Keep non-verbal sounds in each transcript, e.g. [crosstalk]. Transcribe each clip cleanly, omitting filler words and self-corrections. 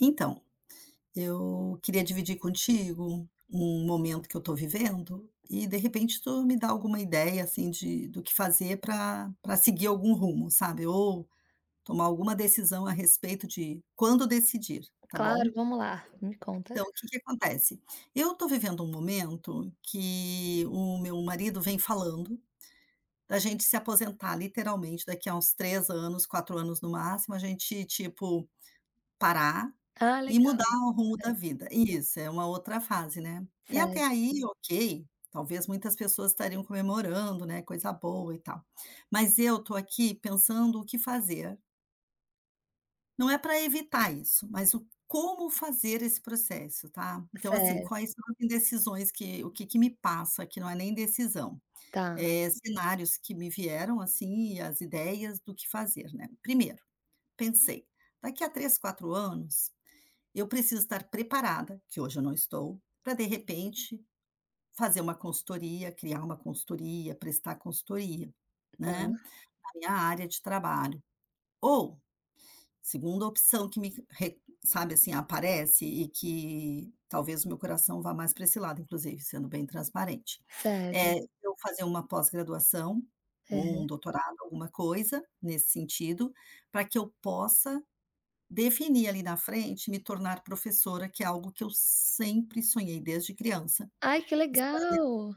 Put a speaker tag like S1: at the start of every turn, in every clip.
S1: Então, eu queria dividir contigo um momento que eu estou vivendo e de repente tu me dá alguma ideia assim de do que fazer para seguir algum rumo, sabe, ou tomar alguma decisão a respeito de quando decidir, tá
S2: Claro,
S1: bom?
S2: vamos lá, me conta.
S1: Então, o que que acontece? Eu estou vivendo um momento que o meu marido vem falando da gente se aposentar literalmente daqui a uns 3 anos, 4 anos no máximo, a gente tipo parar
S2: Ah,
S1: e
S2: legal.
S1: mudar o rumo
S2: É,
S1: da vida. Isso, é uma outra fase, né. E até
S2: certo,
S1: aí, ok, talvez muitas pessoas estariam comemorando, né, coisa boa e tal. Mas eu estou aqui pensando o que fazer. Não é para evitar isso, mas o como fazer esse processo, tá. Então, assim,
S2: certo,
S1: quais são as indecisões que o que que me passa, que não é nem decisão,
S2: tá,
S1: é cenários que me vieram, assim, e as ideias do que fazer, né. Primeiro, pensei: "Daqui a 3 4 anos eu preciso estar preparada, que hoje eu não estou, para de repente fazer uma consultoria, criar uma consultoria, prestar consultoria,
S2: tá,
S1: né, na minha área de trabalho. Ou, segunda opção que me re sabe assim, aparece e que talvez o meu coração vá mais para esse lado, inclusive, sendo bem transparente,
S2: certo.
S1: é eu fazer uma pós-graduação ou
S2: Aham.
S1: um doutorado, alguma coisa nesse sentido, para que eu possa definir ali na frente me tornar professora, que é algo que eu sempre sonhei desde criança.
S2: Ai, que
S1: Isso
S2: legal!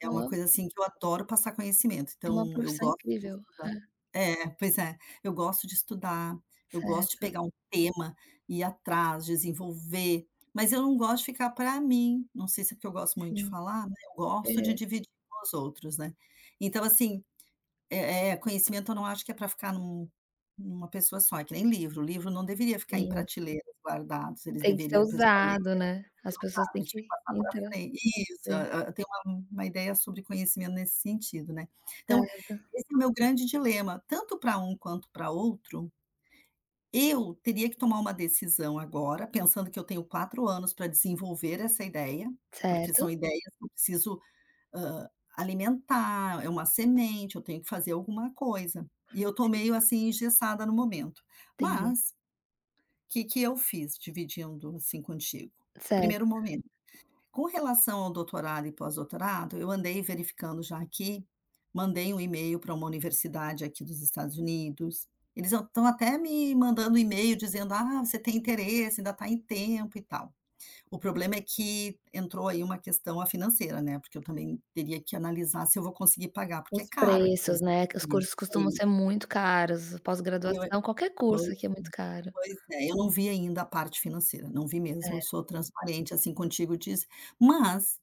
S1: é
S2: É
S1: uma
S2: uma
S1: coisa assim que eu adoro passar conhecimento, então eu
S2: profissão
S1: gosto de
S2: incrível.
S1: estudar.
S2: É,
S1: É, pois é, eu gosto de estudar, eu gosto de
S2: certo,
S1: pegar um tema, ir atrás, desenvolver, mas eu não gosto de ficar para mim, não sei se é porque eu gosto muito de
S2: sim.
S1: falar, né, eu gosto de
S2: Aham.
S1: dividir com os outros, né. Então assim, conhecimento eu não acho que é para ficar numa pessoa só, é que nem livro, o livro não deveria ficar em
S2: Sim,
S1: prateleiras guardados, eles
S2: tem que ser
S1: deveria a pessoa ler,
S2: usado, né, as pessoas têm
S1: abre, tira
S2: que
S1: pra
S2: entrar
S1: frente isso,
S2: sim,
S1: tem uma ideia sobre conhecimento nesse sentido, né. Então,
S2: certo,
S1: esse é o meu grande dilema, tanto para um quanto para outro, eu teria que tomar uma decisão agora, pensando que eu tenho 4 anos para desenvolver essa ideia, porque
S2: certo,
S1: são ideias que eu preciso Hã, alimentar, é uma semente, eu tenho que fazer alguma coisa. E eu tô
S2: sim,
S1: meio, assim, engessada no momento.
S2: entendi.
S1: Mas, o que que eu fiz dividindo, assim, contigo? Primeiro
S2: Certo,
S1: momento, com relação ao doutorado e pós-doutorado, eu andei verificando já aqui, mandei um e-mail para uma universidade aqui dos Estados Unidos, eles estão até me mandando um e-mail dizendo: "Ah, você tem interesse, ainda está em tempo e tal". O problema é que entrou aí uma questão a financeira, né, porque eu também teria que analisar se eu vou conseguir pagar, porque é
S2: os
S1: caro aqui nos
S2: preços, né, que
S1: Estados
S2: os
S1: Unidos,
S2: cursos
S1: é
S2: costumam
S1: isso.
S2: ser muito caros,
S1: Eu é
S2: pós-graduação, qualquer curso
S1: pois
S2: aqui é muito caro.
S1: pois é, eu não vi ainda a parte financeira, não vi mesmo,
S2: É,
S1: eu sou transparente, assim, contigo disso, mas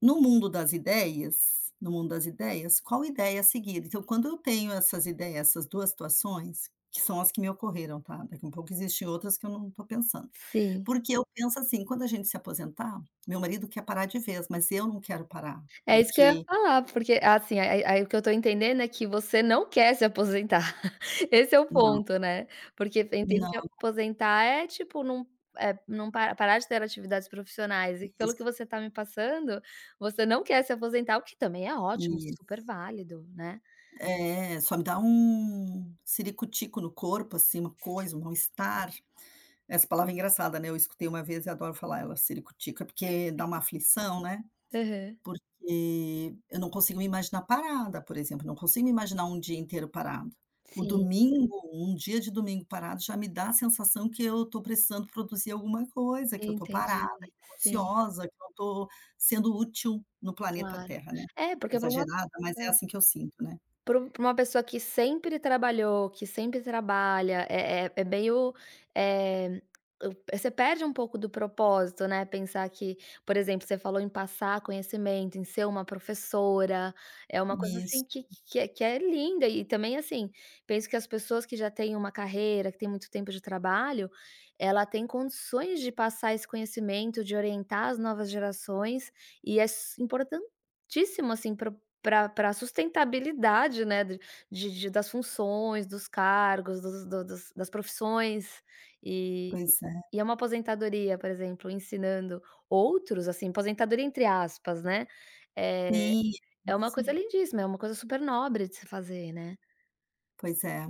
S1: no mundo das ideias, qual ideia seguir? Então, quando eu tenho essas ideias, essas 2 situações, que são as que me ocorreram, tá, daqui um pouco existem outras que eu não estou pensando.
S2: sim.
S1: Porque eu penso assim, quando a gente se aposentar, meu marido quer parar de vez, mas eu não quero parar,
S2: É isso que eu ia
S1: porque
S2: falar, porque, assim, aí o que eu tô entendendo é que você não quer se aposentar. [laughs] Esse é o
S1: não,
S2: ponto, né. Porque eu entendo
S1: não,
S2: que aposentar é, tipo, não não pa parar de ter atividades profissionais e pelo que
S1: isso,
S2: você tá me passando, você não quer se aposentar, o que também é ótimo,
S1: isso.
S2: super válido, né.
S1: É, só me dá um ciricutico no corpo, assim, uma coisa,
S2: Sim.
S1: um mal-estar. Essa palavra é engraçada, né, eu escutei uma vez e adoro falar ela, ciricutico, é porque dá uma aflição, né.
S2: Aham.
S1: Porque eu não consigo me imaginar parada, por exemplo, não consigo me imaginar um dia inteiro parado. O
S2: Sim,
S1: domingo, um dia de domingo parado já me dá a sensação que eu estou precisando produzir alguma coisa, que eu estou
S2: entendi.
S1: parada, que eu tô
S2: Sim,
S1: ociosa, que eu não estou sendo útil no planeta
S2: claro.
S1: Terra, né.
S2: É, porque para uma
S1: Exagerada, mas é assim que eu sinto, né.
S2: Para um uma pessoa que sempre trabalhou, que sempre trabalha, é meio, eh, você perde um pouco do propósito, né, pensar que, por exemplo, você falou em passar conhecimento, em ser uma professora, é uma coisa assim
S1: Isso,
S2: que é que é linda e também, assim, penso que as pessoas que já têm uma carreira, que têm muito tempo de trabalho, ela tem condições de passar esse conhecimento, de orientar as novas gerações e é s importantíssimo, assim, para pra sustentabilidade, né, de das funções, dos cargos, dos das profissões, e
S1: pois é.
S2: e é uma aposentadoria, por exemplo, ensinando outros, assim, aposentadoria entre aspas, né, é
S1: Sim,
S2: é uma coisa
S1: isso.
S2: lindíssima, é uma coisa super nobre de se fazer, né.
S1: Pois é.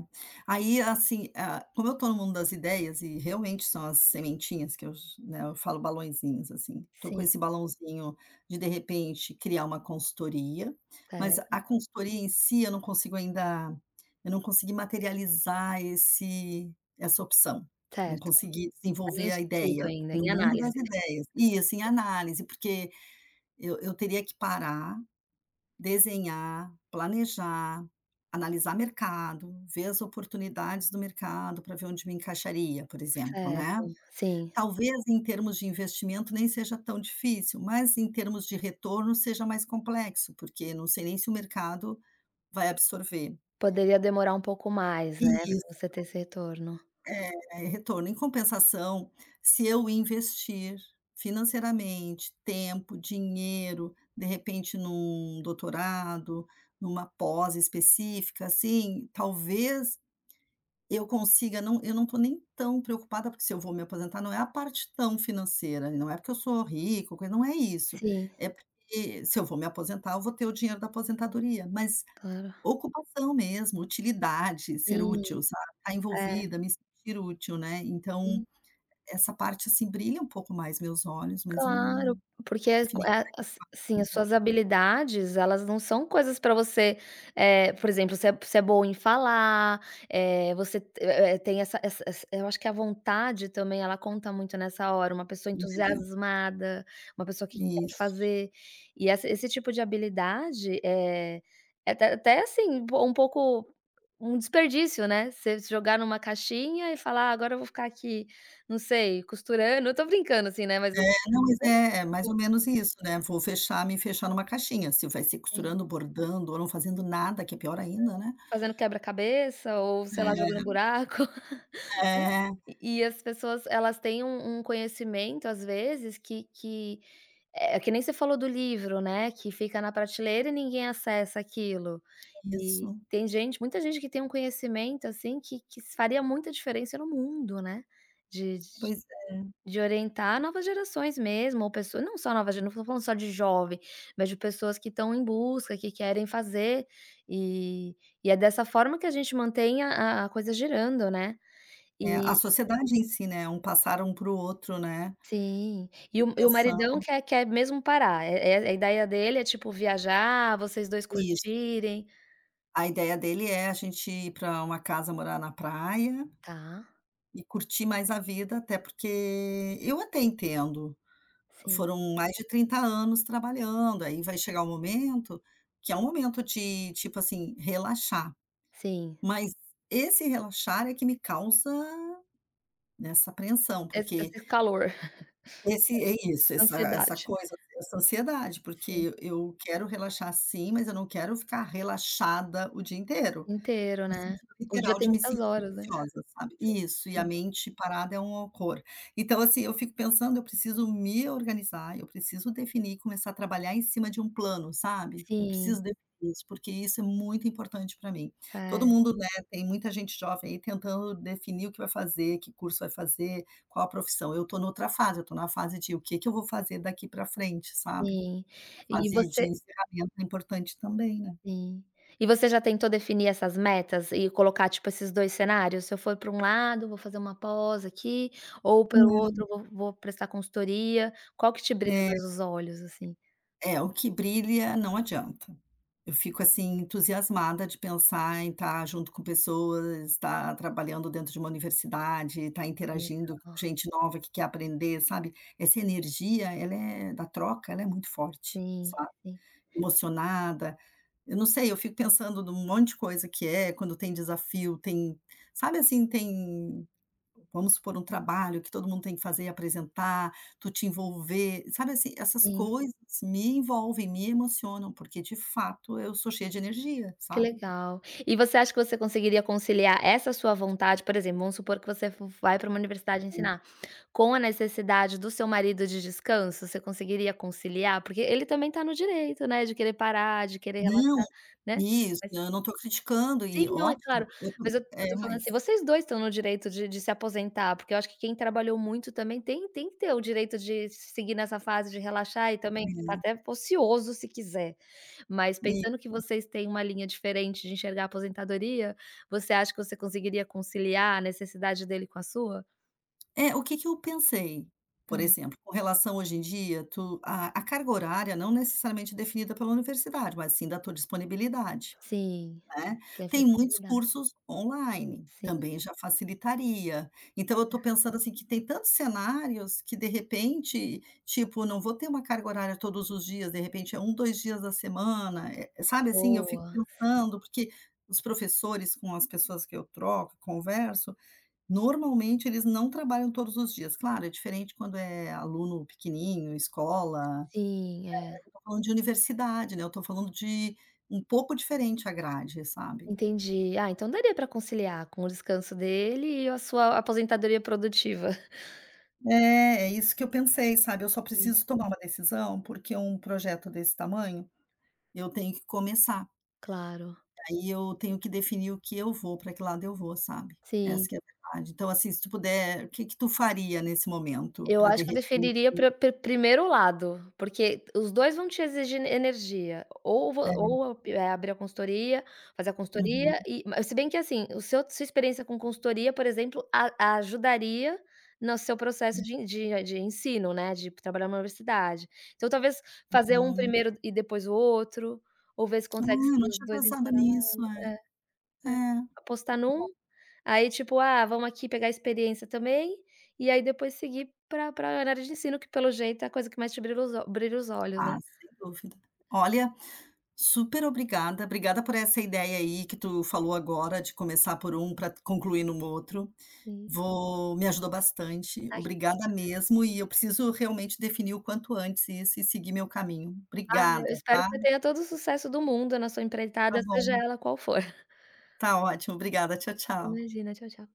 S1: Aí, assim, ah, como eu estou no mundo das ideias e realmente são as sementinhas que eu, né, eu falo balõezinhos, assim, estou com
S2: Sim,
S1: esse balãozinho de repente, criar uma consultoria, mas
S2: certo,
S1: a consultoria em si eu não consigo ainda eu não consegui materializar esse essa opção, não
S2: certo.
S1: consegui
S2: Tá em
S1: desenvolver a
S2: estudo
S1: ideia
S2: ainda,
S1: no
S2: em
S1: mundo
S2: análise.
S1: das ideias. E, assim, análise, porque eu teria que parar desenhar, planejar, analisar mercado, ver as oportunidades do mercado para ver onde me encaixaria, por exemplo,
S2: Certo,
S1: né.
S2: sim.
S1: Talvez em termos de investimento nem seja tão difícil, mas em termos de retorno seja mais complexo, porque não sei nem se o mercado vai absorver.
S2: Poderia demorar um pouco mais, né, para você ter esse retorno.
S1: É retorno. Em compensação, se eu investir financeiramente, tempo, dinheiro, de repente num doutorado, numa pós específica, assim, talvez eu consiga não eu não estou nem tão preocupada, porque se eu vou me aposentar não é a parte tão financeira, não é porque eu sou rico coisa, não é isso.
S2: Sim,
S1: É porque se eu vou me aposentar, eu vou ter o dinheiro da aposentadoria, mas
S2: claro.
S1: ocupação mesmo, utilidade, ser
S2: Sim,
S1: útil, sabe, estar
S2: é.
S1: envolvida, me sentir útil, né,
S2: Sim.
S1: então essa parte, assim, brilha um pouco mais meus olhos, mas eu não
S2: Claro, porque
S1: não
S2: é co
S1: defini
S2: é assim, as
S1: o
S2: suas
S1: que que- é
S2: habilidades, elas não são coisas pra você, por exemplo, você é boa em falar, eh, você te eh eh, tem essa, eu acho que a vontade também, ela conta muito nessa hora, uma pessoa entusiasmada, uma pessoa que quer
S1: Isso.
S2: fazer, e essa esse tipo de habilidade, é até assim, po um pouco um desperdício, né, você se jogar numa caixinha e falar: "Ah, agora eu vou ficar aqui, não sei, costurando", eu tô brincando assim, né, mas
S1: É, não, mas é mais ou
S2: tipo,
S1: menos isso, né, vou fechar me fechar numa caixinha, se vai ser
S2: sim,
S1: costurando, bordando ou não fazendo nada, que é pior ainda, né.
S2: fazendo quebra-cabeça ou, sei lá, jogando buraco. [laughs] Uhum.
S1: É, é
S2: E as pessoas, elas têm um conhecimento, às vezes, que é que nem você falou do livro, né, que fica na prateleira e ninguém acessa aquilo. E
S1: isso.
S2: tem gente muita gente que tem um conhecimento, assim, que faria muita diferença no mundo, né, de
S1: Pois é,
S2: De orientar novas gerações mesmo, ou pessoas não só novas gera não tô falando só de jovem, mas de pessoas que estão em busca, que querem fazer, e e é dessa forma que a gente mantém a coisa girando, né.
S1: é, a
S2: E
S1: sociedade em si, né, um passar um para o outro, né,
S2: sim, e o
S1: pensando.
S2: maridão quer mesmo parar, é a ideia dele é, tipo, viajar, vocês dois
S1: Isso.
S2: curtirem.
S1: A ideia dele é a gente ir para uma casa, morar na praia
S2: Tá,
S1: e curtir mais a vida, até porque eu até entendo,
S2: sim,
S1: foram mais de 30 anos trabalhando, aí vai chegar o momento que é um momento de, tipo assim, relaxar,
S2: sim.
S1: mas esse relaxar é que me causa essa apreensão,
S2: Esse
S1: porque
S2: calor, [laughs]
S1: esse é isso,
S2: essa
S1: essa
S2: ansiedade.
S1: coisa, essa ansiedade,
S2: Sim,
S1: porque eu quero relaxar sim, mas eu não quero ficar relaxada o dia inteiro.
S2: inteiro,
S1: No
S2: né.
S1: sentido
S2: O dia
S1: literal
S2: tem
S1: de me
S2: muitas
S1: sentir
S2: horas, né.
S1: ociosa, sabe.
S2: Sim,
S1: Isso, e a
S2: sim.
S1: mente parada é um horror. Então, assim, eu fico pensando, eu preciso me organizar, eu preciso definir começar a trabalhar em cima de um plano, sabe. Eu
S2: Sim,
S1: preciso definir isso, porque isso é muito importante pra mim. Todo
S2: é.
S1: mundo, né, tem muita gente jovem aí tentando definir o que vai fazer, que curso vai fazer, qual a profissão. Eu tô noutra fase, eu tô na fase de o que que eu vou fazer daqui pra frente, sabe.
S2: Sim.
S1: A
S2: E
S1: fase de
S2: você
S1: encerramento é importante também, né.
S2: sim. E você já tentou definir essas metas e colocar, tipo, esses 2 cenários? Se eu for para um lado, vou fazer uma pós aqui, ou pelo outro
S1: É.
S2: vou prestar consultoria. Qual que te brilha
S1: É.
S2: mais os olhos, assim?
S1: É, o que brilha não adianta. Eu fico, assim, entusiasmada de pensar em estar junto com pessoas, estar trabalhando dentro de uma universidade, estar
S2: Ah,
S1: interagindo com
S2: legal.
S1: gente nova que quer aprender, sabe. Essa energia, ela é da troca, ela é muito forte,
S2: Sim,
S1: sabe,
S2: sim,
S1: emocionada. Eu não sei, eu fico pensando num monte de coisa que é, quando tem desafio, tem sabe, assim, tem vamos supor, um trabalho que todo mundo tem que fazer e apresentar, tu te envolver, sabe assim, essas
S2: sim.
S1: coisas me envolvem, me emocionam, porque de fato eu sou cheia de energia,
S2: Que
S1: sabe.
S2: legal. E você acha que você conseguiria conciliar essa sua vontade, por exemplo, vamos supor que você vo vai para uma universidade
S1: E
S2: ensinar. Com a necessidade do seu marido de descanso, você conseguiria conciliar? Porque ele também está no direito, né, de querer parar, de querer
S1: não,
S2: relaxar, né.
S1: isso,
S2: Mas
S1: né, eu não estou criticando
S2: sim,
S1: e
S2: não, é
S1: ótimo,
S2: claro. Mas eu tô falando assim,
S1: mas
S2: vocês 2 estão no direito de se aposentar, porque eu acho que quem trabalhou muito também tem que ter o direito de seguir nessa fase de relaxar e também ficar
S1: é,
S2: até ocioso se quiser. Mas
S1: e
S2: pensando que vocês têm uma linha diferente de enxergar a aposentadoria, você acha que você conseguiria conciliar a necessidade dele com a sua?
S1: o que que eu pensei, por
S2: Hum,
S1: exemplo, com relação hoje em dia, tu a carga horária não necessariamente definida pela universidade, mas sim da tua disponibilidade.
S2: sim.
S1: Né,
S2: Tem a
S1: tem muitos
S2: flexibilidade.
S1: cursos online,
S2: Sim,
S1: também já facilitaria. Então eu estou pensando, assim, que tem tantos cenários que de repente, tipo, não vou ter uma carga horária todos os dias, de repente é um 2 dias da semana, sabe, assim, eu fico
S2: boa.
S1: pensando, porque os professores com as pessoas que eu troco, converso, normalmente eles não trabalham todos os dias. Claro, é diferente quando é aluno pequenininho, escola,
S2: Sim, é.
S1: eu estou falando de universidade, né, eu estou falando de um pouco diferente a grade, sabe?
S2: Entendi. Ah, então daria pra conciliar com o descanso dele e a sua aposentadoria produtiva.
S1: É, é isso que eu pensei, sabe, eu só
S2: Sim,
S1: preciso tomar uma decisão, porque um projeto desse tamanho, eu tenho que começar.
S2: claro.
S1: Aí eu tenho que definir o que eu vou, para que lado eu vou, sabe. Essa
S2: Sim.
S1: que é a verdade. Então, assim, se tu puder, o que que tu faria nesse momento
S2: Eu
S1: para de
S2: acho que eu
S1: repente,
S2: definiria pra primeiro lado, porque os 2 vão te exigir energia, ou vo
S1: né,
S2: ou, abrir a consultoria, fazer a
S1: uhum,
S2: consultoria e ma se bem que assim, o seu sua experiência com consultoria, por exemplo, a ajudaria no seu processo de ensino, né, de trabalhar na universidade. Então talvez fazer um
S1: hum.
S2: primeiro e depois o outro, ou ver se
S1: Ah,
S2: consegue
S1: eu
S2: seguir
S1: não
S2: os
S1: tinha
S2: 2 em
S1: pensado
S2: paralelo.
S1: nisso, é.
S2: É, é,
S1: É.
S2: apostar num aí tipo: "Ah, vamos aqui pegar experiência também", e aí depois seguir pra área de ensino, que pelo jeito é a coisa que mais te brilha os o brilha os olhos, né.
S1: Ah, sem dúvida. Olha, super obrigada, obrigada por essa ideia aí que tu falou agora de começar por um para concluir no outro.
S2: Sim.
S1: Vou Me ajudou bastante,
S2: Ai,
S1: obrigada mesmo, e eu preciso realmente definir o quanto antes isso e seguir meu caminho.
S2: ah,
S1: Obrigada,
S2: eu espero que
S1: tá?
S2: você tenha todo o sucesso do mundo na sua empreitada,
S1: Tá
S2: seja
S1: bom,
S2: ela qual for.
S1: tá ótimo, obrigada, tchau, tchau.
S2: Imagina. Tchau, tchau.